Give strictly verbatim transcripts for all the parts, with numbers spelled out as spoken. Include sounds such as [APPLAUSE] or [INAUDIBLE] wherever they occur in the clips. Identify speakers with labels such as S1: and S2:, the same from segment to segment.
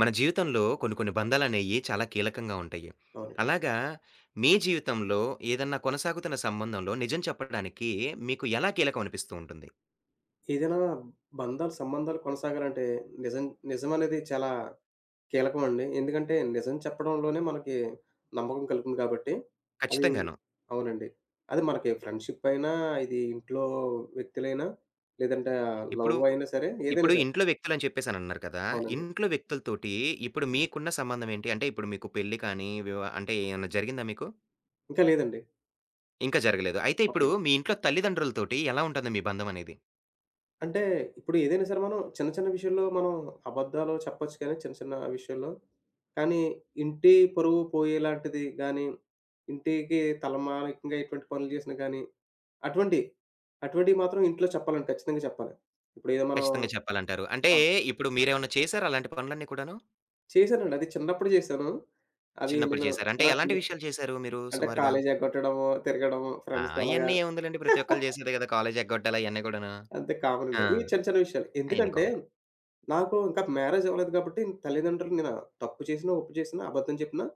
S1: మన జీవితంలో కొన్ని కొన్ని బంధాలనేయి చాలా కీలకంగా ఉంటాయి.
S2: అవునండి.
S1: అలాగా మీ జీవితంలో ఏదన్నా కొనసాగుతున్న సంబంధంలో నిజం చెప్పడానికి మీకు ఎలా కీలకం అనిపిస్తూ ఉంటుంది?
S2: ఏదైనా బంధాలు, సంబంధాలు కొనసాగాలంటే నిజం నిజం అనేది చాలా కీలకం అండి. ఎందుకంటే నిజం చెప్పడంలోనే మనకి నమ్మకం కలుగుతుంది కాబట్టి అది
S1: ఖచ్చితంగాను.
S2: అవునండి. అది మనకి ఫ్రెండ్‌షిప్ అయినా, ఇది ఇంట్లో వ్యక్తులైనా, లేదంటే
S1: ఇప్పుడు,
S2: లవ్ అయినా సరే, ఏదైనా
S1: ఇప్పుడు
S2: సరే.
S1: ఇంట్లో వ్యక్తులని చెప్పేసనన్నారు కదా!
S2: అవునండి.
S1: ఇంట్లో వ్యక్తులతోటి ఇప్పుడు మీకున్న సంబంధం ఏంటి? అంటే ఇప్పుడు మీకు పెళ్లి కానీ వివా అంటే ఏమన్నా జరిగిందా మీకు?
S2: ఇంకా లేదండి.
S1: ఇంకా జరగలేదు. అయితే ఇప్పుడు
S2: అవునండి.
S1: మీ ఇంట్లో తల్లిదండ్రులతోటి ఎలా ఉంటుంది మీ బంధం అనేది?
S2: అంటే ఇప్పుడు ఏదైనా సరే మనం చిన్న చిన్న విషయంలో మనం అబద్ధాలు చెప్పొచ్చు కానీ చిన్న చిన్న విషయంలో. కానీ ఇంటి పరువు పోయేలాంటిది గానీ, ఇంటికి తలమానికంగా ఎటువంటి పనులు చేసినా గానీ, అటువంటియి, అటువంటియి మాత్రం ఇంట్లో చెప్పాలండి. ఖచ్చితంగా చెప్పాలి. ఇప్పుడేదో మనం
S1: ఖచ్చితంగా చెప్పాలంటారు. అంటే
S2: ఆ!
S1: ఇప్పుడు మీరేమన్నా చేసారా అలాంటి పనులన్నీ కూడాను?
S2: చేశానండి. అది చిన్నప్పుడు చేశాను. అవి
S1: చిన్నప్పుడు
S2: నేను
S1: చేసారా? అంటే
S2: ఆ!
S1: ఎలాంటి
S2: చిన్నప్పుడు
S1: విషయాలు చేసారు మీరు
S2: అంటే
S1: సుమారుగా?
S2: కాలేజీ ఎగ్గొట్టడము, తిరగడము,
S1: ఆ!
S2: ఫ్రెండ్స్‌తో అలాగా.
S1: అయన్నీ ఏముందిలెండి ప్రతి ఒక్కళ్ళు చేసేదే
S2: [LAUGHS]
S1: కదా! కాలేజ్ ఎగ్గొట్టాలి అయన్నీ కూడాను.
S2: అంతే కామన్
S1: ఆ!
S2: అండి. ఇవి చిన్న చిన్న విషయాలు.
S1: అయన్నీ
S2: ఎందుకంటే
S1: కామన్.
S2: నాకు ఇంకా మ్యారేజ్ అవ్వలేదు కాబట్టి తల్లిదండ్రులు నేను తప్పు చేసినా, ఒప్పు చేసినా, అబద్ధం చెప్పినా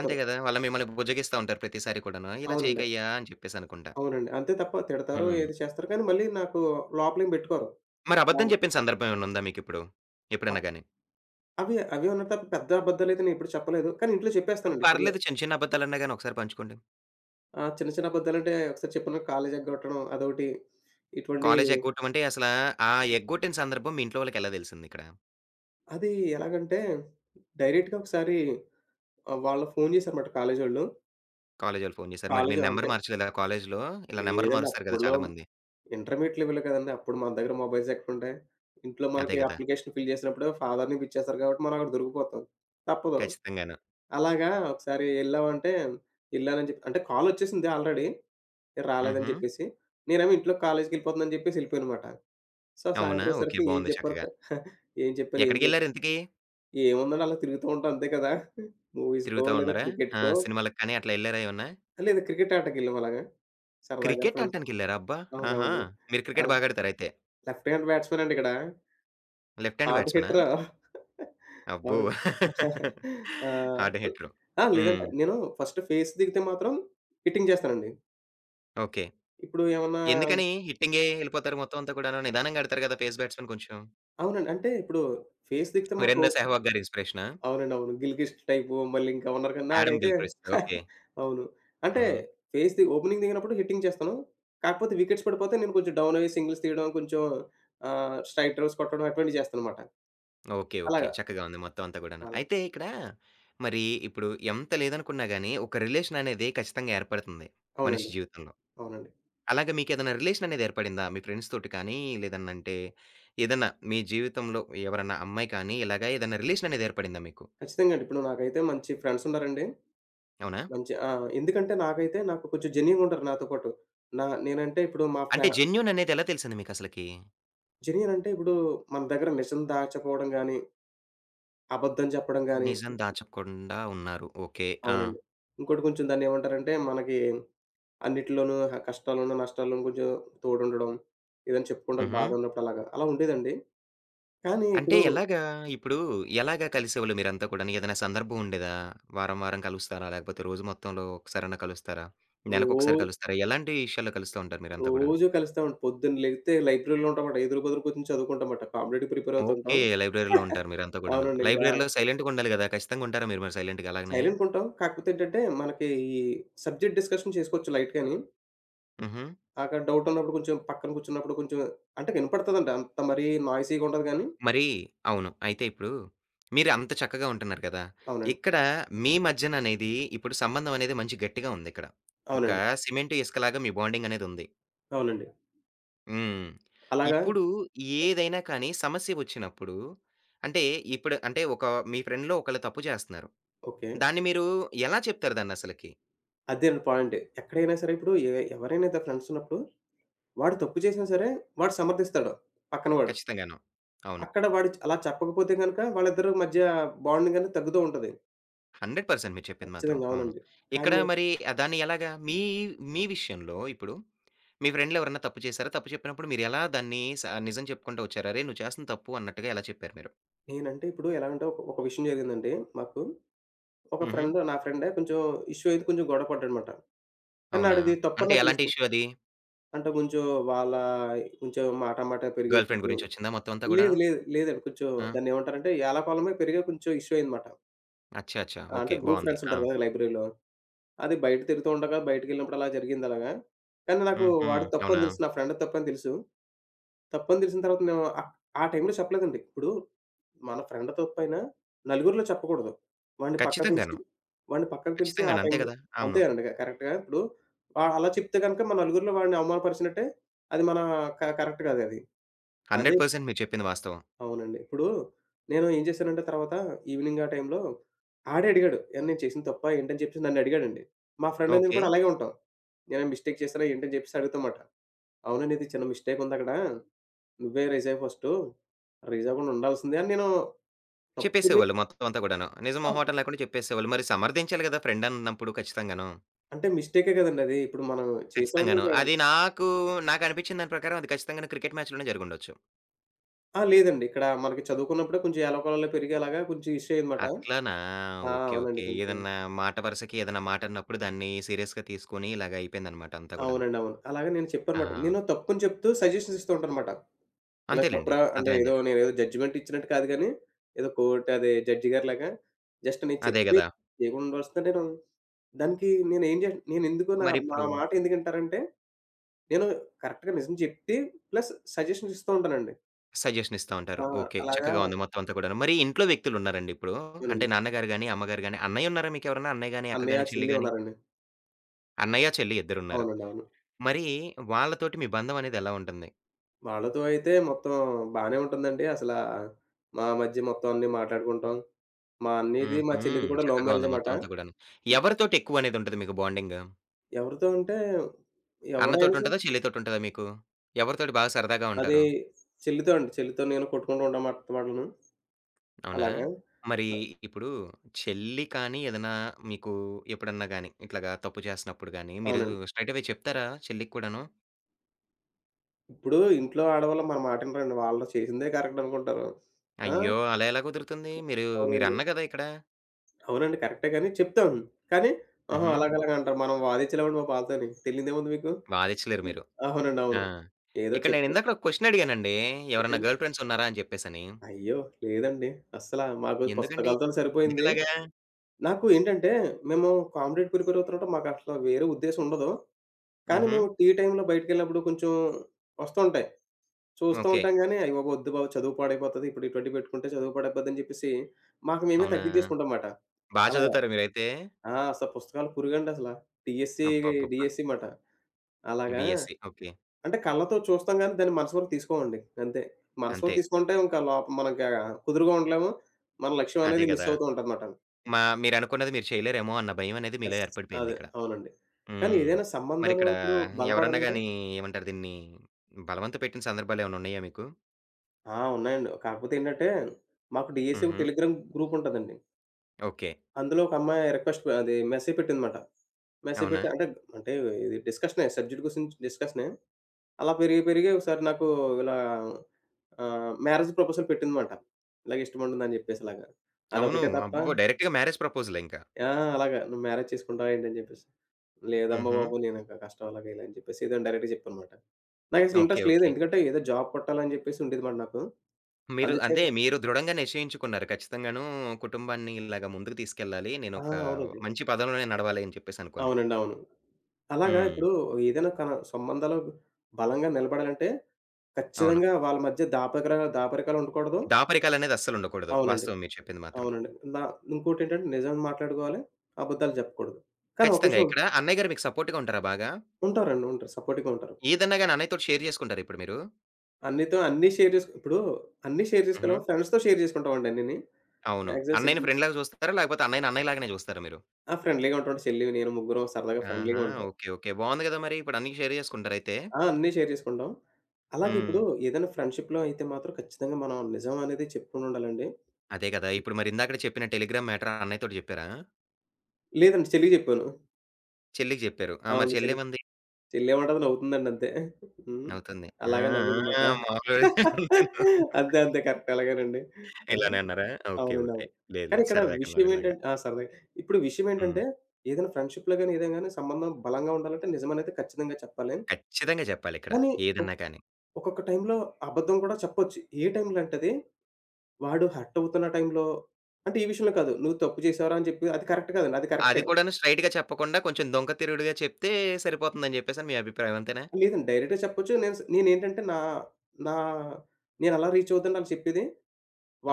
S1: అంతే గదా! వాళ్ళు మిమ్మల్ని బుజ్జగిస్తా ఉంటారు ప్రతిసారి కూడాను. ఇలా
S2: అవునండి.
S1: చేయకయ్యా అని చెప్పేసనుకుంటా.
S2: అవునండి. అంతే తప్ప తిడతారు,
S1: హ్మ్.
S2: ఏది చేస్తారు కానీ మళ్ళీ నాకు లోపలేం పెట్టుకోరు.
S1: మరి అబద్ధం
S2: అవును.
S1: చెప్పిన సందర్భం ఏమన్నా ఉందా మీకిప్పుడు? ఎప్పుడన్నా
S2: అప్
S1: గాని?
S2: అవి అవే ఉన్నాయి తప్ప పెద్ద అబద్దాలైతే నేను ఎప్పుడు చెప్పలేదు. కానీ ఇంట్లో
S1: హ్మ్.
S2: చెప్పేస్తానండి ఇప్పుడే.
S1: పర్లేదు చిన్న చిన్న అబద్దాలన్నా గాని ఒకసారి పంచుకోండి.
S2: ఆ! చిన్న చిన్న అబద్దాలంటే ఒకసారి చెప్పాను కాళ్ళు జగ్గొట్టడం అదొకటి. ఇటువంటి
S1: కాలేజ్ ఎగ్గొట్టమంటే అసలా ఆ ఎగ్గొట్టిన సందర్భం మీ ఇంట్లో వాళ్ళకి ఎలా తెలిసిందిక్కడ?
S2: అది ఎలాగంటే డైరెక్ట్‌గా ఒకసారి ఆహ్, వాళ్ళు ఫోను చేశారన్నమాట కాలేజోళ్ళు.
S1: కాలేజోళ్ళు ఫోను చేసారు. మరి
S2: కాలేజు
S1: మీరు నంబర్
S2: అంటే
S1: మార్చలేదా కాలేజులో? ఇలా నంబర్‌లు
S2: లేదండి
S1: మారుస్తారు కదా!
S2: అప్పట్లో
S1: చాలామంది.
S2: ఇంటర్మీడియేట్ లెవెలే కదండీ! అప్పుడు మన దగ్గర మొబైల్స్ ఎక్కడుంటాయి? ఇంట్లో
S1: అదే
S2: మనకి
S1: గదా!
S2: అప్లికేషన్ ఫిల్ చేసినప్పుడు ఫాదర్‌ని పిలిచేస్తారు కాబట్టి మనం అక్కడ దొరికిపోతాం. తప్పదు.
S1: ఖచ్చితంగాను.
S2: అలాగా ఒకసారి ఎళ్ళామంటే ఎళ్ళానని చెప్పి అంటే కాలొచ్చేసింది ఆల్రెడీ. రాలేదని
S1: హుహు.
S2: చెప్పేసి. నేనేమో ఇంట్లో కాలేజికెళ్ళిపోతున్నానని చెప్పేసి ఎళ్ళిపోయానమాట. సో,
S1: అవునా?
S2: సాయంత్రం
S1: ఓకే.
S2: వచ్చేసరికి ఏం
S1: బావుంది
S2: చెప్పారు.
S1: చక్కగా.
S2: [LAUGHS] ఏం చెప్పారు? ఏం చెప్ప
S1: ఎక్కడికెళ్లారు ఇంతకీ?
S2: ఏముందండి అలా తిరుగుతూ ఉంటాం అంతే కదా! మూవీస్‌కో
S1: తిరుగుతా
S2: లేదా
S1: ఉన్నారా? ఆ!
S2: క్రికెట్‌కో
S1: సినిమాలకు కానీ అట్లా ఎళ్లారా ఏమన్నా?
S2: లేదా క్రికెట్ ఆటకెళ్ళాం అలాగా. సరదాగా
S1: క్రికెట్
S2: ఫ్రెండ్స్.
S1: ఆడటానికెళ్లారా? అబ్బా! ఆహా!
S2: అవునవును.
S1: మీరు క్రికెట్
S2: అలా
S1: బాగా ఆడతారయితే.
S2: లెఫ్ట్ హ్యాండ్ బ్యాట్స్‌మెన్ అండి ఇక్కడ.
S1: లెఫ్ట్ హ్యాండ్
S2: హార్డ్
S1: బ్యాట్స్‌మనా?
S2: హిట్టరా?
S1: అబ్బో!
S2: అవును. ఆ!
S1: Hard hitter.
S2: ఆ!
S1: హ్మ్.
S2: లేదంటే నేను ఫస్ట్ ఫేస్ దిగితే మాత్రం హిట్టింగ్ చేస్తానండి.
S1: ఓకే.
S2: ఇప్పుడు ఏమన్నా
S1: ఎందుకని హిట్టింగే ఎళ్ళిపోతారు మొత్తం అంతా కూడాను? నిదానంగా ఆడతారు కదా! పేస్ బ్యాట్స్‌మెన్ కొంచెం.
S2: అవునండి. అంటే ఇప్పుడు ఫేస్ దిగితే మాత్రం
S1: 'వీరేంద్ర
S2: ఓపెన్.
S1: సెహ్వాగ్' గారి ఇన్‌స్పిరేషనా?
S2: అవునండి. అవును. 'గిల్‌గిస్ట్' టైపు మళ్ళీ ఇంకా ఉన్నారు కానీ
S1: 'ఆడమ్
S2: నాకైతే
S1: గిల్‌క్రిస్ట్' ఓకే.
S2: అవును. అంటే
S1: హుహు.
S2: ఫేస్ ది ఓపెనింగ్ దిగినప్పుడు హిట్టింగ్ చేస్తాను. కాకపోతే వికెట్స్ పడిపోతే నేను కొంచెం డౌన్ అయ్యి సింగిల్స్ తీయడం కొంచెం ఆహ్, స్ట్రైట్ డ్రైవ్స్ కొట్టడం అటువంటివి చేస్తానన్నమాట.
S1: ఓకే. ఓకే.
S2: అలాగా.
S1: చక్కగా ఉంది మొత్తం అంతా కూడాను.
S2: అలా.
S1: అయితే ఇక్కడ మరి ఇప్పుడు ఎంత లేదనుకున్నా గాని, ఒక రిలేషన్ అనేది ఖచ్చితంగా ఏర్పడుతుంది మనిషి
S2: అవునండి.
S1: జీవితంలో.
S2: అవునండి.
S1: అలాగా మీకేదైనా రిలేషన్ అనేది ఏర్పడిందా? మీ ఫ్రెండ్స్ తోటి కానీ, లేదనంటే ఏదన్నా మీ జీవితంలో ఎవరన్నా అమ్మాయి కానీ, ఇలాగా ఏదన్నా రిలేషన్ అనేది ఏర్పడిందా మీకు?
S2: ఖచ్చితంగా అండి. ఇప్పుడు నాకైతే మంచి ఫ్రెండ్స్ ఉన్నారండి.
S1: అవునా?
S2: మంచి ఆ! ఎందుకంటే నాకైతే నాకు కొంచెం జెన్యూన్‌గుంటారు నాతో పాటు. నా నేనంటే ఇప్పుడు మా ఫ్లా
S1: అంటే జెన్యూన్ అనేది ఎలా తెలిసింది మీకసలకి?
S2: జెన్యూన్ అంటే ఇప్పుడు మన దగ్గర నిజం దాచకపోవడం గాని, అబద్ధం చెప్పడం గాని
S1: నిజం దాచకుండా ఉన్నారు. ఓకే. ఆ!
S2: అవునండి. ఇంకోటి కొంచెం దాన్ని ఏమంటారంటే మనకి అన్నిటిలోనూ హ కష్టాల్లోనూ, నష్టాల్లోనూ కొంచెం తోడుండడం. ఏదైనా చెప్పుకుంటే
S1: హుహు.
S2: బాధ ఉన్నప్పుడు అలాగా. అలా ఉండేదండి. కానీ
S1: అంటే
S2: ఇప్పుడు
S1: ఎలాగా? ఇప్పుడు ఎలాగా కలిసేవాళ్ళు మీరంతా కూడాను? ఏదైనా సందర్భం ఉండేదా? వారం, వారం కలుస్తారా? లేకపోతే రోజు మొత్తంలో ఒకసారన్నా కలుస్తారా?
S2: రో
S1: నెలకొకసారి కలుస్తారా? ఎలాంటి విషయాల్లో కలుస్తూ ఉంటారు మీరంతా కూడా?
S2: రోజు కలుస్తామండి. పొద్దున్న లెగితే లైబ్రరీలో ఉంటామట. ఎదురు బెదురు కూర్చొని చదువుకుంటామట. కాంపిటీటివ్‌కి ప్రిపేర్
S1: ఓకే.
S2: అవుతుంటాం.
S1: లైబ్రరీలో ఉంటారు
S2: [LAUGHS]
S1: మీరంతా కూడాను.
S2: అవునండి. ఇంగా
S1: లైబ్రరీలో సైలెంట్‌గా ఉండాలి గదా! ఖచ్చితంగా ఉంటారా మీరు మరి సైలెంట్‌గా అలాగనే?
S2: సైలెంట్‌గుంటాం. కాకపోతే ఏంటంటే, మనకి ఈ సబ్జెక్ట్ డిస్కషన్ చేసుకోవచ్చు లైట్‌గాని.
S1: హుహు.
S2: అక్కడ డౌటున్నప్పుడు కొంచెం పక్కన కూర్చున్నప్పుడు కొంచెం అంటే వినపడతదండి. అంత మరీ నాయిసీగా ఉండదు గానీ
S1: మరి అవును. అయితే ఇప్పుడు మీరు అంత చక్కగా ఉంటున్నారు కదా!
S2: అవునండి.
S1: ఇక్కడ మీ మధ్యన అనేది ఇప్పుడు సంబంధం అనేది మంచి గట్టిగా ఉందిక్కడ. ఒక
S2: అవునండి.
S1: సిమెంట్, ఇసుకలాగా మీ బాండింగ్ అనేదుంది.
S2: అవునండి.
S1: హ్మ్.
S2: అలాగా.
S1: ఇప్పుడు ఏదైనా కానీ సమస్య వచ్చినప్పుడు అంటే ఇప్పుడు అంటే ఒక మీ ఫ్రెండ్‌లో ఒకళ్ళు తప్పు చేస్తున్నారు.
S2: ఓకే.
S1: దాన్ని మీరు ఎలా చెప్తారు దాన్నసలకి?
S2: అదేనండి పాయింట్. ఎక్కడైనా సరే ఇప్పుడు ఎ ఎవరైనా ద ఫ్రెండ్స్ ఉన్నప్పుడు, వాడు తప్పు చేసినా సరే వాడు సమర్థిస్తాడు పక్కన వాడు.
S1: ఖచ్చితంగాను. అవును.
S2: అక్కడ వాడు అలా చెప్పకపోతే గనక వాళ్ళిద్దరి మధ్య బాండింగ్ అనేది తగ్గుతూ ఉంటది.
S1: నూరు శాతం మీరు చెప్పింది మాత్రం.
S2: ఖచ్చితంగా.
S1: అవును.
S2: అవునండి. కానీ
S1: ఇక్కడ మరి ఆహ్, దాన్ని ఎలాగా మీ మీ విషయంలో ఇప్పుడు మీ ఫ్రెండ్‌లెవరన్నా తప్పు చేశారా? తప్పు చెప్పినప్పుడు మీరెలా దాన్ని స నిజం చెప్పుకుంటూ వచ్చారా? "అరేయ్! నువ్వు చేస్తుంది తప్పు" అన్నట్టుగా ఎలా చెప్పారు మీరు?
S2: నేనంటే ఇప్పుడు ఎలా అంటే ఒక ఒక విషయం జరిగిందండి మాకు. ఒక
S1: హుహు.
S2: ఫ్రెండ్ నా ఫ్రెండే కొంచెం ఇష్యూ అయింది. కొంచెం గొడవ పడ్డాడనమాట. కానీ
S1: అవునా?
S2: నాడిది తప్పని
S1: అంటే
S2: నాకు
S1: ఎలాంటి
S2: తెలుసు.
S1: ఇష్యూ అది?
S2: అంటే కొంచెం వాళ్ళ కొంచెం మాట మాట పెరిగి
S1: గర్ల్ ఫ్రెండ్
S2: కొంచెం
S1: గురించొచ్చిందా మొత్తం అంతా
S2: లేదు.
S1: గూడాను?
S2: లేదు. లేదండి. కొంచెం
S1: ఆ!
S2: దాన్నేమంటారంటే ఏలాపాలమే పెరిగి కొంచెం ఇష్యూ అయిందనమాట.
S1: అచ్చా! అచ్చా!
S2: ఆ! అంటే
S1: ఓకే.
S2: గ్రూప్
S1: బావుంది.
S2: ఫ్రెండ్స్
S1: ఆ!
S2: ఉంటారు కదా, లైబ్రరీలో. అది బయట తిరుగుతూ ఉండగా బయటికెళ్ళినప్పుడు అలా జరిగిందలాగా. కానీ నాకు
S1: హుహు.
S2: వాడు తప్పని
S1: అవునా?
S2: తెలుసు. నా ఫ్రెండ్ తప్పని తెలుసు. తప్పని తెలిసిన తర్వాత నేను ఆహ్, ఆ టైంలో చెప్పలేదండి. ఇప్పుడు మన ఫ్రెండ్ తప్పైనా నలుగురిలో చెప్పకూడదు. వాడిని పక్కకు పిలిచి
S1: ఖచ్చితంగాను.
S2: వాడిని పక్కకు పిలిచి ఆ
S1: ఖచ్చితంగాను. అంతే
S2: టైంలో
S1: గదా! అవును.
S2: అంతేనండి. కరెక్ట్‌గా ఇప్పుడు ఆ! అలా చెప్తే గనక మన నలుగురిలో వాడిని అవమానపరిచినట్టే. అది మన క కరెక్ట్ కాదది. అదే
S1: నూరు శాతం మీరు చెప్పింది వాస్తవం.
S2: అవునండి. ఇప్పుడు నేను ఏం చేశానంటే తర్వాత ఈవినింగ్ ఆ టైంలో ఆడే అడిగాడు. "ఏహ్! నేను చేసిన తప్పా ఏంటని" చెప్పేసి నన్ను అడిగాడండి. మా ఫ్రెండ్ నేను
S1: ఓకే.
S2: కూడా అలాగే ఉంటాం. నేను మిస్టేక్ చేశానా ఏంటని చెప్పేసి అడుగుతాం మాట. "అవునండి ఇది చిన్న మిస్టేక్ ఉందక్కడ" నువ్వే రైజ్ అయ్యి ఫస్టు. రైజ్ అవ్వకుండా ఉండాల్సిందే అని నేను తప్పుని
S1: చెప్పేసేవాళ్ళు మొత్తం అంతా గూడాను. నిజం మొహమాటం లేకుండా చెప్పేసేవాళ్ళు. మరి సమర్థించాలి గదా! ఫ్రెండ్ అన్నప్పుడు ఖచ్చితంగాను.
S2: అంటే మిస్టేకే కదండీ అది. ఇప్పుడు మనం చేసామంటే
S1: ఖచ్చితంగాను.
S2: ఇంకా
S1: అది నాకు నాకనిపించిన దాని ప్రకారం అది ఖచ్చితంగాను క్రికెట్ మ్యాచ్‌లోనే జరిగుండొచ్చు.
S2: ఆ! లేదండి. ఇక్కడ మనకి చదువుకున్నప్పుడే కొంచెం ఏలాకులాలో పెరిగి అలాగా కొంచెం ఇష్యూ అయిందన్నమాట.
S1: అట్లనా!
S2: ఆ!
S1: ఓకే.
S2: అవునండి.
S1: ఓకే.
S2: కొంచెం
S1: ఏదన్నా మాట వరుసకి ఏదన్నా మాటన్నప్పుడు దాన్ని సీరియస్‌గా తీసుకొని ఇలాగ అయిపోయిందనమాట అంతా గూడాను.
S2: అవునండి. అవును. అలాగే నేను చెప్పానమాట.
S1: ఆ!
S2: నేను తప్పుని చెప్తూ సజెషన్స్ ఇస్తూ ఉంటానన్నమాట. ఇలా
S1: అంతేలెండి.
S2: తప్పురా అంటే
S1: అర్థమైంది.
S2: ఏదో నేనేదో జడ్జిమెంట్ ఇచ్చినట్టు కాదు గానీ, ఏదో కోర్ట్ అదే జడ్జి గారిలాగా జస్ట్ నేను
S1: అదే
S2: చెప్పి
S1: గదా!
S2: చేయకుండా వస్తే నేను దానికి నేనేం జే నేనెందుకు నా నా
S1: మరిప్పుడు
S2: మాట ఎందుకింటారంటే నేను కరెక్ట్‌గా నిజం చెప్తే ప్లస్ సజెషన్స్ ఇస్తూ ఉంటానండి.
S1: సజెషన్ ఇస్తా
S2: ఆ!
S1: ఉంటారు. ఓకే.
S2: అలాగా
S1: చక్కగా ఉంది మొత్తం అంతా కూడాను. మరి ఇంట్లో వ్యక్తులున్నారండి ఇప్పుడు? అంటే
S2: అవునండి.
S1: నాన్నగారు గాని, అమ్మగారు గాని అన్నయ్యున్నారా మీకెవరన్నా? అన్నయ్య గాని, అక్క
S2: అన్నయ్య,
S1: గాని, చెల్లి
S2: చెల్లి
S1: గాని?
S2: ఉన్నారండి.
S1: అన్నయ్య, చెల్లి ఇద్దరున్నారు.
S2: అవునండి. అవును.
S1: మరి వాళ్ళతోటి మీ బంధం అనేది ఎలా ఉంటుంది?
S2: వాళ్ళతో అయితే మొత్తం బానే ఉంటుందండి. అసలా మా మధ్య మొత్తం అన్నీ మాట్లాడుకుంటాం. మా అన్నయ్యది, మా
S1: హుహు.
S2: చెల్లిది కూడా లవ్
S1: చక్కగా
S2: మ్యారేజ్
S1: ఉంది
S2: అన్నమాట.
S1: మొత్తం అంతా కూడాను. ఎవరితోటి ఎక్కువనేది ఉంటది మీకు బాండింగ్?
S2: ఎవరితో అంటే ఎవరైనా
S1: అన్నతోటి
S2: సరే
S1: ఉంటదా? చెల్లితోటి ఉంటదా మీకు? ఎవరితోటి బాగా సరదాగా
S2: అది
S1: ఉంటారు?
S2: చెల్లితో అండి. చెల్లితో నేను కొట్టుకుంటూ ఉంటాం మాట మాటలను.
S1: అవునా?
S2: అలాగా
S1: మరి ఇప్పుడు చెల్లి కానీ ఏదైనా మీకు ఎప్పుడన్నా గాని ఇట్లాగా తప్పు చేసినప్పుడు గాని మీరు
S2: అవునండి.
S1: స్ట్రెయిట్ అవే చెప్తారా చెల్లికి కూడాను?
S2: ఇప్పుడు ఇంట్లో ఆడవాళ్ళు మన మాట వినరండి. వాళ్ళు చేసిందే కరెక్ట్ అనుకుంటారు. ఆ!
S1: అయ్యో! అలా ఎలా కుదురుతుంది? మీరు
S2: అవునండి.
S1: మీరన్న గదా ఇక్కడ.
S2: అవునండి. కరెక్టే గాని చెప్తాం. కానీ ఆహా! అవును.
S1: హుహు.
S2: అలాగలాగా అంటారు. మనం వాదించలేమండి మా వాళ్ళతోని. తెలీదేముంది మీకు?
S1: వాదిచ్చలేరు
S2: హ్మ్.
S1: మీరు.
S2: అవునండి. అవును.
S1: ఆ!
S2: ఏదోటి
S1: ఇక్కడ నేను
S2: చెప్తాం.
S1: ఇందాకడ ఒక క్వెషన్ అడిగానండి. ఎవరన్నా
S2: ఇదేం
S1: గర్ల్ ఫ్రెండ్స్ ఉన్నారా అని చెప్పేసని.
S2: అయ్యో! లేదండి. అస్సల మాకు
S1: ఎందుకండి?
S2: పుస్తకాలతోని సరిపోయింది.
S1: ఎందుకలాగా?
S2: నాకు ఏంటంటే మేము కాంపిటేటివ్ ప్రిపేర్ అవుతున్నప్పుడు మాకసల వేరే ఉద్దేశం ఉండదు. కానీ
S1: హుహు.
S2: మేము టీ టైమ్‌లో బయటికెళ్ళినప్పుడు కొంచెం వస్తుంటాయి. చూస్తూ
S1: ఓకే.
S2: ఉంటాం గానీ, అయ్య బాబోయ్! వద్దు బాబు చదువు పాడైపోతది. ఇప్పుడు ఇటువంటివి పెట్టుకుంటే చదువు పాడైపోద్దని చెప్పేసి మాకు మేమే
S1: అవునా?
S2: తగ్గించేసుకుంటాం మాట.
S1: బా
S2: అలా
S1: చదువుతారా మీరైతే?
S2: ఆ! అసల పుస్తకాలు పురుగండసల. డీఎస్సీ,
S1: అబ్బబ్బబ్బా!
S2: డీఎస్సీ మాట. అలాగా
S1: బీఎస్సీ. ఓకే.
S2: అంటే కళ్ళతో చూస్తాం గానీ, దాన్ని మనసువరకు తీసుకోమండి అంతే. మనసువరకు
S1: అంతే.
S2: తీసుకుంటే ఇంకా లోప మనకా కుదురుగా ఉండలేము. మన లక్ష్యం
S1: అదే
S2: అనేది మిస్
S1: గదా!
S2: అవుతూ ఉంటదమాట.
S1: మా మీరనుకున్నది మీరు చేయలేరేమో అన్న భయమనేది మీలో
S2: యెస్. అదే.
S1: ఏర్పడిపోయిందిక్కడ.
S2: అవునండి. కానీ
S1: హ్మ్.
S2: ఏదైనా సంబంధాలు
S1: మరిక్కడ
S2: ఇప్పుడు
S1: ఎవరన్నా
S2: బలపడాలంటే
S1: గాని ఏమంటారు దీన్ని, బలవంత పెట్టిన సందర్భాలేమన్నా ఉన్నాయా మీకు?
S2: ఆ! ఉన్నాయండి. కాకపోతే ఏంటంటే, మాకు డీఎస్సీ ఒక
S1: హుహు.
S2: టెలిగ్రామ్ గ్రూపుంటదండి.
S1: ఓకే.
S2: అందులో ఒక అమ్మాయి రిక్వెస్ట్ అది మెసేజ్ పెట్టిందమాట. మెసేజ్
S1: అవునా?
S2: పెట్టి అంటే, అంటే ఇది డిస్కషనే సబ్జెక్ట్ గురించి డిస్కషనే. అలా పెరిగి, పెరిగి ఒకసారి నాకు ఇలా ఆహ్, మ్యారేజ్ ప్రపోజల్ పెట్టిందమాట. ఇలాగ ఇష్టముంటుందని జెప్పేసిలాగా.
S1: అవును.
S2: అదొకటే తప్ప
S1: అబ్బో! డైరెక్ట్‌గా మ్యారేజ్ ప్రపోజలే ఇంకా.
S2: ఆ! అలాగా "నువ్వు మ్యారేజ్ చేసుకుంటావా ఏంటి?" అని జెప్పేసి. "లేదమ్మా
S1: హుహు.
S2: బాబు నేనింకా కష్టం అలాగా ఇలా" అని జెప్పేసి ఏదో డైరెక్ట్‌గా చెప్పానమాట. నాకసలు
S1: ఓకే.
S2: ఇంట్రెస్ట్ లేదు.
S1: ఓకే.
S2: ఎందుకంటే ఏదో జాబ్ కొట్టాలని జెప్పేసి ఉండేదిమాట నాకు.
S1: మీరు
S2: అందుచేత
S1: అదే మీరు దృఢంగా నిశ్చయించుకున్నారు. ఖచ్చితంగాను కుటుంబాన్ని ఇలాగ ముందుకు తీసుకెళ్ళాలి.
S2: ఆ!
S1: నేనొక
S2: అవునండి.
S1: మంచి పదంలోనే నడవాలి అని చెప్పేసనుకోని.
S2: అవునండి. అవును. అలాగా
S1: హ్మ్.
S2: ఇప్పుడు ఏదైనా కన సంబంధాలు బలంగా నిలబడాలంటే
S1: అవును.
S2: ఖచ్చితంగా వాళ్ళ మధ్య దాపరికరా దాపరికాలుండకూడదు.
S1: దాపరికాలనేది అస్సలుండకూడదు.
S2: అవునండి.
S1: వాస్తవం మీరు చెప్పింది మాత్రం.
S2: అవునండి. నా ఇంకోటేంటంటే నిజం మాట్లాడుకోవాలి, అబద్ధాలు చెప్పకూడదు. కానీ ఒక
S1: ఖచ్చితంగా.
S2: విషయం
S1: ఇక్కడ అన్నయ్య గారు మీకు సపోర్ట్‌గా ఉంటారా బాగా?
S2: ఉంటారండి. ఉంటారు. సపోర్టివ్‌గా ఉంటారు.
S1: ఏదన్నా గాని అన్నయ్యతోటి షేర్ చేసుకుంటారా ఇప్పుడు మీరు?
S2: అన్నితో అన్నీ షేర్ జేసుకు ఇప్పుడు అన్నీ షేర్ జేసుకోలేం.
S1: హుహు.
S2: ఫ్రెండ్స్‌తో షేర్ జేసుకుంటామండి అన్నీని.
S1: అవును.
S2: మాక్సిమం
S1: అన్నయ్యని
S2: సిబ్లి
S1: ఫ్రెండ్‌లాగా చూస్తారా? లేకపోతే అన్నయ్యని అన్నయ్య లాగానే చూస్తారా మీరు?
S2: ఆ! ఫ్రెండ్లీగా ఉంటాం. చెల్లి, నేను ముగ్గురం సరదాగా ఫ్రెండ్లీగా
S1: ఆహా!
S2: ఉంటాం.
S1: ఓకే. ఓకే. బావుంది గదా! మరి ఇప్పుడు అన్నీ షేర్ చేసుకుంటారయితే.
S2: ఆ! అన్నీ షేర్ జేసుకుంటాం. అలాగే
S1: హ్మ్.
S2: ఇప్పుడు ఏదైనా ఫ్రెండ్‌షిప్‌లో అయితే మాత్రం ఖచ్చితంగా మనం నిజం అనేది చెప్పుకొని ఉండాలండి.
S1: అదే గదా! ఇప్పుడు మరి ఇందాకడ చెప్పిన టెలిగ్రామ్ మ్యాటర్ అన్నయ్యతోటి చెప్పారా?
S2: లేదండి చెల్లికి జెప్పాను.
S1: చెల్లికి జెప్పారు. ఆ!
S2: అవును.
S1: మరి
S2: చెల్లి
S1: చెల్లేమంది?
S2: చెల్లేమంటది నవ్వుతుందండి అంతే. హ్మ్.
S1: నవ్వుతుంది. ఆ!
S2: అలాగే నవ్విందమాట.
S1: ఆ! మాములుగా
S2: [LAUGHS]
S1: [LAUGHS]
S2: అంతే. అంతే. కరెక్ట్ అలాగేనండి. ఆ!
S1: ఇలానే అన్నారా? ఓకే.
S2: అవునండి.
S1: ఓకే.
S2: అవును.
S1: లేదు
S2: కానీ
S1: లేదు.
S2: ఇక్కడ
S1: సరదాగా అన్నారు
S2: విషయం
S1: ఇలాగా.
S2: ఏంటంటే ఆ! సరదాగా. ఇప్పుడు విషయం
S1: హ్మ్.
S2: ఏంటంటే, ఏదైనా ఫ్రెండ్‌షిప్‌లో గాని, ఏదైనా గాని సంబంధం బలంగా ఉండాలంటే నిజమనేది ఖచ్చితంగా చెప్పాలి.
S1: ఖచ్చితంగా జెప్పాలిక్కడ
S2: కానీ ఒ
S1: ఏదన్నా కాని.
S2: ఒక్కొక్క టైంలో అబద్ధం కూడా చెప్పొచ్చు. ఏ టైంలో అంటే అది, వాడు హర్ట్ అవుతున్న టైంలో అంటే ఈ విషయంలో కాదు. "నువ్వు తప్పు చేశావురా" అని చెప్పి అది కరెక్ట్ కాదండి. అది
S1: అది
S2: కరెక్టే.
S1: కూడాను స్ట్రెయిట్‌గా చెప్పకుండా కొంచెం డొంక తిరుగుడుగా చెప్తే సరిపోతుందని జెప్పేసని మీ అభిప్రాయం అంతేనా?
S2: లేదండి డైరెక్ట్‌గా చెప్పొచ్చు. నేను స్ నేనేంటంటే నా నా నేనలా రీచ్ అవుతాను ఆళ్ళకి చెప్పేది.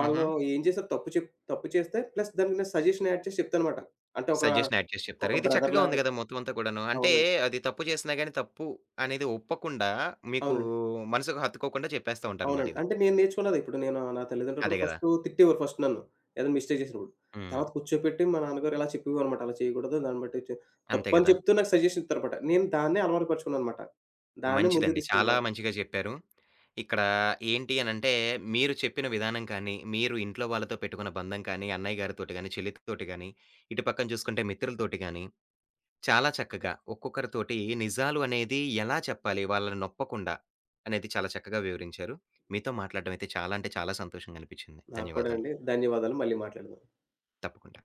S1: హుహు.
S2: ఏం చేశారు తప్పు చెప్ తప్పు చేస్తే ప్లస్ దానికి నేను సజెషన్ యాడ్ చేసి చెప్తాననమాట. అంటే ఒక,
S1: సజెషన్ యాడ్ చేసి
S2: ఒక
S1: చెప్తారు. ఇది చక్కగా ఉంది
S2: బ్రదర్‌లాగా.
S1: గదా! మొత్తం అంతా కూడాను. అంటే
S2: అవునండి.
S1: అది తప్పు చేసినా గాని తప్పు అనేది ఒప్పకుండా మీకు
S2: అవునండి.
S1: మనసుకు హత్తుకోకుండా చెప్పేస్తా ఉంటారనమాట
S2: అవునండి.
S1: ఇది.
S2: అంటే నేను నేర్చుకున్నదే. ఇప్పుడు నేను నా తల్లిదండ్రులు
S1: అదే
S2: కూడా
S1: గదా!
S2: ఫస్టు తిట్టేవారు ఫస్ట్ నన్ను. ఏదైనా మిస్టేక్ చేసినప్పుడు.
S1: హ్మ్.
S2: తర్వాత కూర్చోపెట్టి మా నాన్నగారు ఇలా చెప్పేవారనమాట. అలా చేయకూడదు. దాన్ని బట్టి చే
S1: అంతే
S2: తప్పని
S1: గదా!
S2: చెప్తూ నాకు సజెషన్ ఇత్తారనమాట. నేను దాన్నే అలవాటు పరుచుకున్నాననమాట. దాన్నే ముందుకు
S1: మంచిదండి. చాలా
S2: తీసుకుంటున్నానమాట.
S1: మంచిగా చెప్పారు. ఇక్కడ ఏంటి అనంటే మీరు చెప్పిన విధానం కానీ, మీరు ఇంట్లో వాళ్ళతో పెట్టుకున్న బంధం కానీ, అన్నయ్య గారితోటి గాని, చెల్లితోటి గాని, ఇటు పక్కన చూసుకుంటే మిత్రులతోటి గాని చాలా చక్కగా ఒక్కొక్కరితోటి నిజాలు అనేది ఎలా చెప్పాలి వాళ్ళని నొప్పకుండా అనేది చాలా చక్కగా వివరించారు. మీతో మాట్లాడడం అయితే చాలా అంటే చాలా సంతోషంగా అనిపించింది.
S2: నాకు
S1: ధన్యవాదాలు.
S2: కూడానండి ధన్యవాదాలు. మళ్ళీ మాట్లాడదాం.
S1: తప్పకుండా.